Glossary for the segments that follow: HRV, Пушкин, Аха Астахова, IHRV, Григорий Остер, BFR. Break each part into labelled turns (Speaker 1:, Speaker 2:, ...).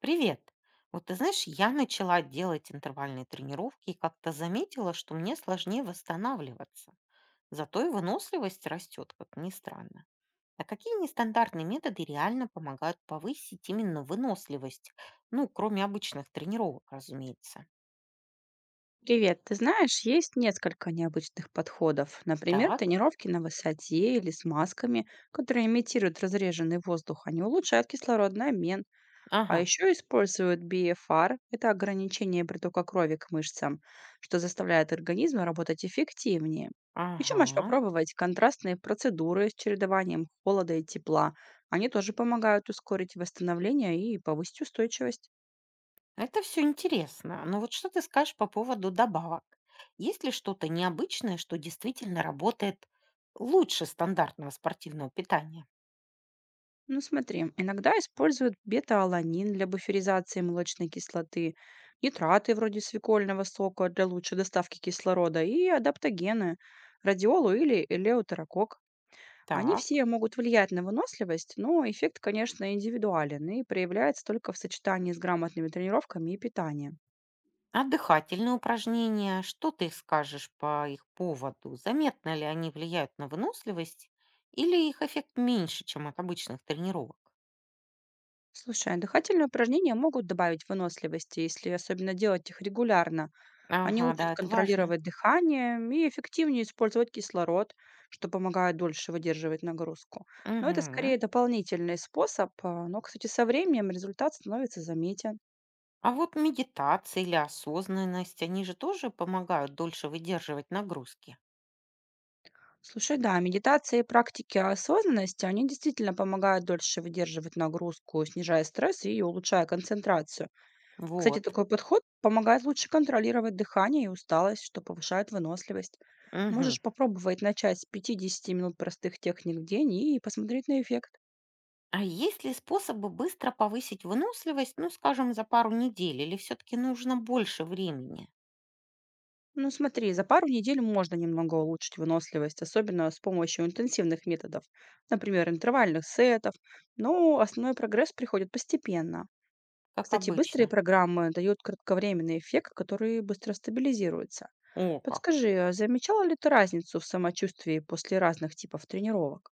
Speaker 1: Привет. Вот ты знаешь, я начала делать интервальные тренировки и как-то заметила, что мне сложнее восстанавливаться. Зато и выносливость растет, как ни странно. А какие нестандартные методы реально помогают повысить именно выносливость? Ну, кроме обычных тренировок, разумеется.
Speaker 2: Привет, ты знаешь, есть несколько необычных подходов. Например,
Speaker 1: Так,
Speaker 2: тренировки на высоте или с масками, которые имитируют разреженный воздух. Они улучшают кислородный обмен. А
Speaker 1: ага,
Speaker 2: еще используют BFR, это ограничение притока крови к мышцам, что заставляет организм работать эффективнее. Еще можешь
Speaker 1: ага.
Speaker 2: попробовать контрастные процедуры с чередованием холода и тепла. Они тоже помогают ускорить восстановление и повысить устойчивость.
Speaker 1: Это все интересно. Но вот что ты скажешь по поводу добавок? Есть ли что-то необычное, что действительно работает лучше стандартного спортивного питания?
Speaker 2: Ну смотри, иногда используют бета-аланин для буферизации молочной кислоты, нитраты вроде свекольного сока для лучшей доставки кислорода и адаптогены, радиолу или элеутерокок. Они
Speaker 1: Так.
Speaker 2: все могут влиять на выносливость, но эффект, конечно, индивидуален и проявляется только в сочетании с грамотными тренировками и питанием.
Speaker 1: А дыхательные упражнения, что ты скажешь по их поводу? Заметно ли они влияют на выносливость или их эффект меньше, чем от обычных тренировок?
Speaker 2: Слушай, а дыхательные упражнения могут добавить выносливости, если особенно делать их регулярно. Они
Speaker 1: Ага,
Speaker 2: учат
Speaker 1: да, это важно.
Speaker 2: контролировать дыхание и эффективнее использовать кислород, что помогает дольше выдерживать нагрузку. Но это
Speaker 1: Мгм.
Speaker 2: скорее дополнительный способ, а, но, кстати, со временем результат становится заметен.
Speaker 1: А вот медитация или осознанность, они же тоже помогают дольше выдерживать нагрузки.
Speaker 2: Слушай, да, медитация и практики осознанности, они действительно помогают дольше выдерживать нагрузку, снижая стресс и улучшая концентрацию. Кстати,
Speaker 1: Вот.
Speaker 2: такой подход помогает лучше контролировать дыхание и усталость, что повышает выносливость.
Speaker 1: Мгм.
Speaker 2: Можешь попробовать начать с 50 минут простых техник в день и посмотреть на эффект.
Speaker 1: А есть ли способы быстро повысить выносливость, ну, скажем, за пару недель, или все-таки нужно больше времени,
Speaker 2: Ну смотри, за пару недель можно немного улучшить выносливость, особенно с помощью интенсивных методов, например, интервальных сетов, но основной прогресс приходит постепенно.
Speaker 1: как
Speaker 2: Кстати, быстрые
Speaker 1: обычно?
Speaker 2: программы дают кратковременный эффект, который быстро стабилизируется.
Speaker 1: О, как.
Speaker 2: Подскажи, а замечала ли ты разницу в самочувствии после разных типов тренировок?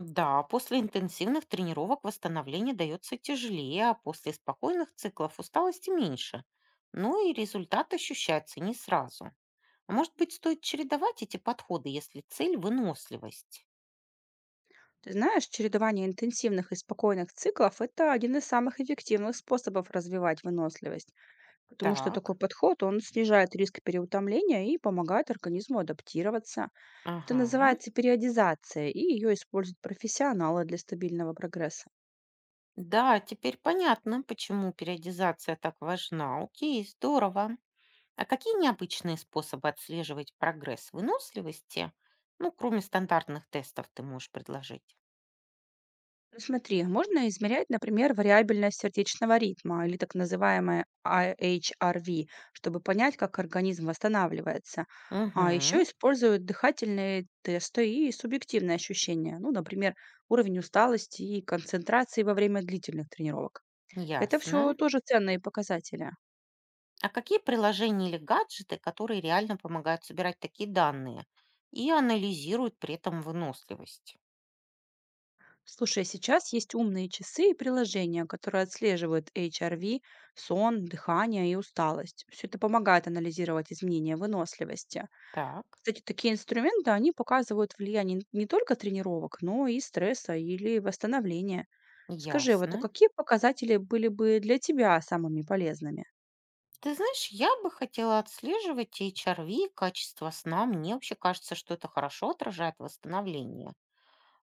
Speaker 1: Да, после интенсивных тренировок восстановление дается тяжелее, а после спокойных циклов усталости меньше. Ну и результат ощущается не сразу. А может быть, стоит чередовать эти подходы, если цель – выносливость?
Speaker 2: Ты знаешь, чередование интенсивных и спокойных циклов — это один из самых эффективных способов развивать выносливость. Потому что такой
Speaker 1: Так,
Speaker 2: подход, он снижает риск переутомления и помогает организму адаптироваться. Это
Speaker 1: ага.
Speaker 2: называется периодизация, и ее используют профессионалы для стабильного прогресса.
Speaker 1: Да, теперь понятно, почему периодизация так важна. Окей, здорово. А какие необычные способы отслеживать прогресс выносливости, ну, кроме стандартных тестов, ты можешь предложить?
Speaker 2: Ну, смотри, можно измерять, например, вариабельность сердечного ритма или так называемое IHRV, чтобы понять, как организм восстанавливается. А еще
Speaker 1: Угу,
Speaker 2: используют дыхательные тесты и субъективные ощущения, ну, например, уровень усталости и концентрации во время длительных тренировок. Это
Speaker 1: ясно.
Speaker 2: все тоже ценные показатели.
Speaker 1: А какие приложения или гаджеты, которые реально помогают собирать такие данные и анализируют при этом выносливость?
Speaker 2: Слушай, а сейчас есть умные часы и приложения, которые отслеживают HRV, сон, дыхание и усталость. Все это помогает анализировать изменения выносливости.
Speaker 1: Так,
Speaker 2: Кстати, такие инструменты, они показывают влияние не только тренировок, но и стресса или восстановления. Скажи, вот а
Speaker 1: ясно.
Speaker 2: какие показатели были бы для тебя самыми полезными?
Speaker 1: Ты знаешь, я бы хотела отслеживать HRV, качество сна. Мне вообще кажется, что это хорошо отражает восстановление.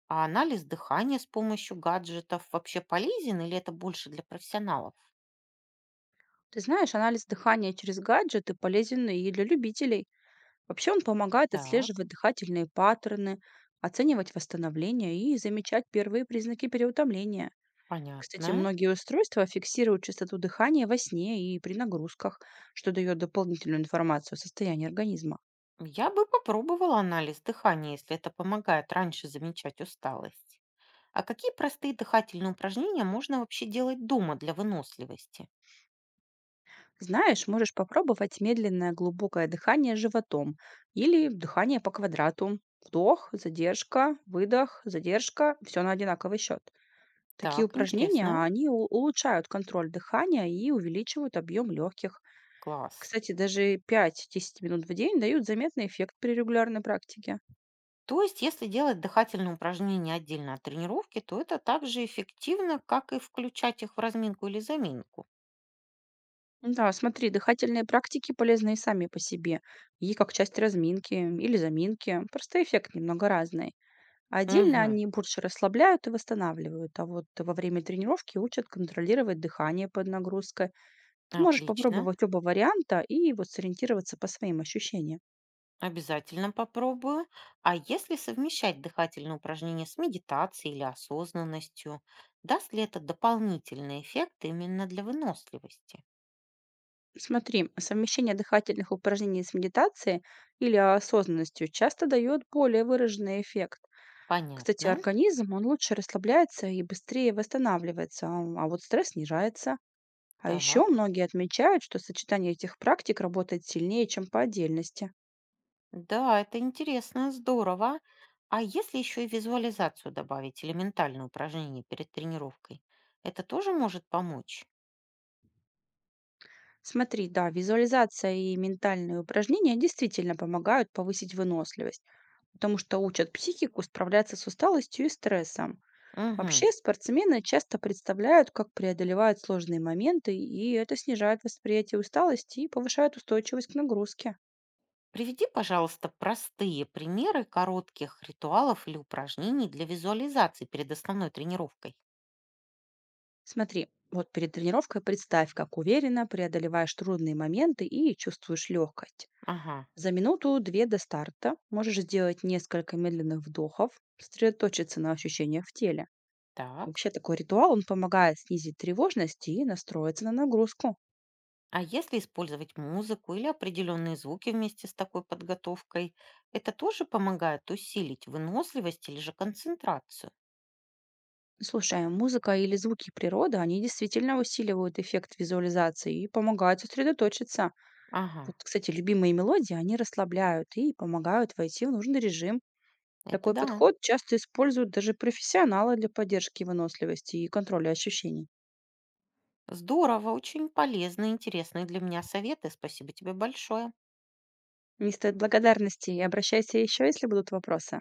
Speaker 1: А анализ дыхания с помощью гаджетов вообще полезен или это больше для профессионалов?
Speaker 2: Ты знаешь, анализ дыхания через гаджеты полезен и для любителей. Вообще он помогает
Speaker 1: Так,
Speaker 2: отслеживать дыхательные паттерны, оценивать восстановление и замечать первые признаки переутомления. Кстати,
Speaker 1: понятно.
Speaker 2: многие устройства фиксируют частоту дыхания во сне и при нагрузках, что дает дополнительную информацию о состоянии организма.
Speaker 1: Я бы попробовала анализ дыхания, если это помогает раньше замечать усталость. А какие простые дыхательные упражнения можно вообще делать дома для выносливости?
Speaker 2: Знаешь, можешь попробовать медленное глубокое дыхание животом или дыхание по квадрату. Вдох, задержка, выдох, задержка, все на одинаковый счет. Такие
Speaker 1: Так,
Speaker 2: упражнения,
Speaker 1: интересно.
Speaker 2: они улучшают контроль дыхания и увеличивают объем легких.
Speaker 1: Класс.
Speaker 2: Кстати, даже пять-десять минут в день дают заметный эффект при регулярной практике.
Speaker 1: То есть, если делать дыхательные упражнения отдельно от тренировки, то это так же эффективно, как и включать их в разминку или заминку.
Speaker 2: Да, смотри, дыхательные практики полезны и сами по себе, и как часть разминки или заминки. Просто эффект немного разный. А отдельно
Speaker 1: Угу,
Speaker 2: они больше расслабляют и восстанавливают, а вот во время тренировки учат контролировать дыхание под нагрузкой. Ты можешь
Speaker 1: отлично.
Speaker 2: попробовать оба варианта и вот сориентироваться по своим ощущениям.
Speaker 1: Обязательно попробую. А если совмещать дыхательные упражнения с медитацией или осознанностью, даст ли это дополнительный эффект именно для выносливости?
Speaker 2: Смотри, совмещение дыхательных упражнений с медитацией или осознанностью часто дает более выраженный эффект. Кстати,
Speaker 1: Понятно.
Speaker 2: организм, он лучше расслабляется и быстрее восстанавливается, а вот стресс снижается. А еще
Speaker 1: Так.
Speaker 2: многие отмечают, что сочетание этих практик работает сильнее, чем по отдельности.
Speaker 1: Да, это интересно, здорово. А если еще и визуализацию добавить или ментальное упражнение перед тренировкой, это тоже может помочь?
Speaker 2: Смотри, да, визуализация и ментальные упражнения действительно помогают повысить выносливость, потому что учат психику справляться с усталостью и стрессом.
Speaker 1: Мгм.
Speaker 2: Вообще, спортсмены часто представляют, как преодолевают сложные моменты, и это снижает восприятие усталости и повышает устойчивость к нагрузке.
Speaker 1: Приведи, пожалуйста, простые примеры коротких ритуалов или упражнений для визуализации перед основной тренировкой.
Speaker 2: Смотри, вот перед тренировкой представь, как уверенно преодолеваешь трудные моменты и чувствуешь легкость.
Speaker 1: Ага,
Speaker 2: За минуту-две до старта можешь сделать несколько медленных вдохов, сосредоточиться на ощущениях в теле.
Speaker 1: так.
Speaker 2: Вообще такой ритуал, он помогает снизить тревожность и настроиться на нагрузку.
Speaker 1: А если использовать музыку или определенные звуки вместе с такой подготовкой, это тоже помогает усилить выносливость или же концентрацию?
Speaker 2: Слушай, а музыка или звуки природы, они действительно усиливают эффект визуализации и помогают сосредоточиться. Вот,
Speaker 1: Ага,
Speaker 2: кстати, любимые мелодии, они расслабляют и помогают войти в нужный режим.
Speaker 1: это
Speaker 2: Такой
Speaker 1: да.
Speaker 2: подход часто используют даже профессионалы для поддержки выносливости и контроля ощущений.
Speaker 1: Здорово, очень полезные, интересные для меня советы. Спасибо тебе большое.
Speaker 2: Не стоит благодарности и обращайся еще, если будут вопросы.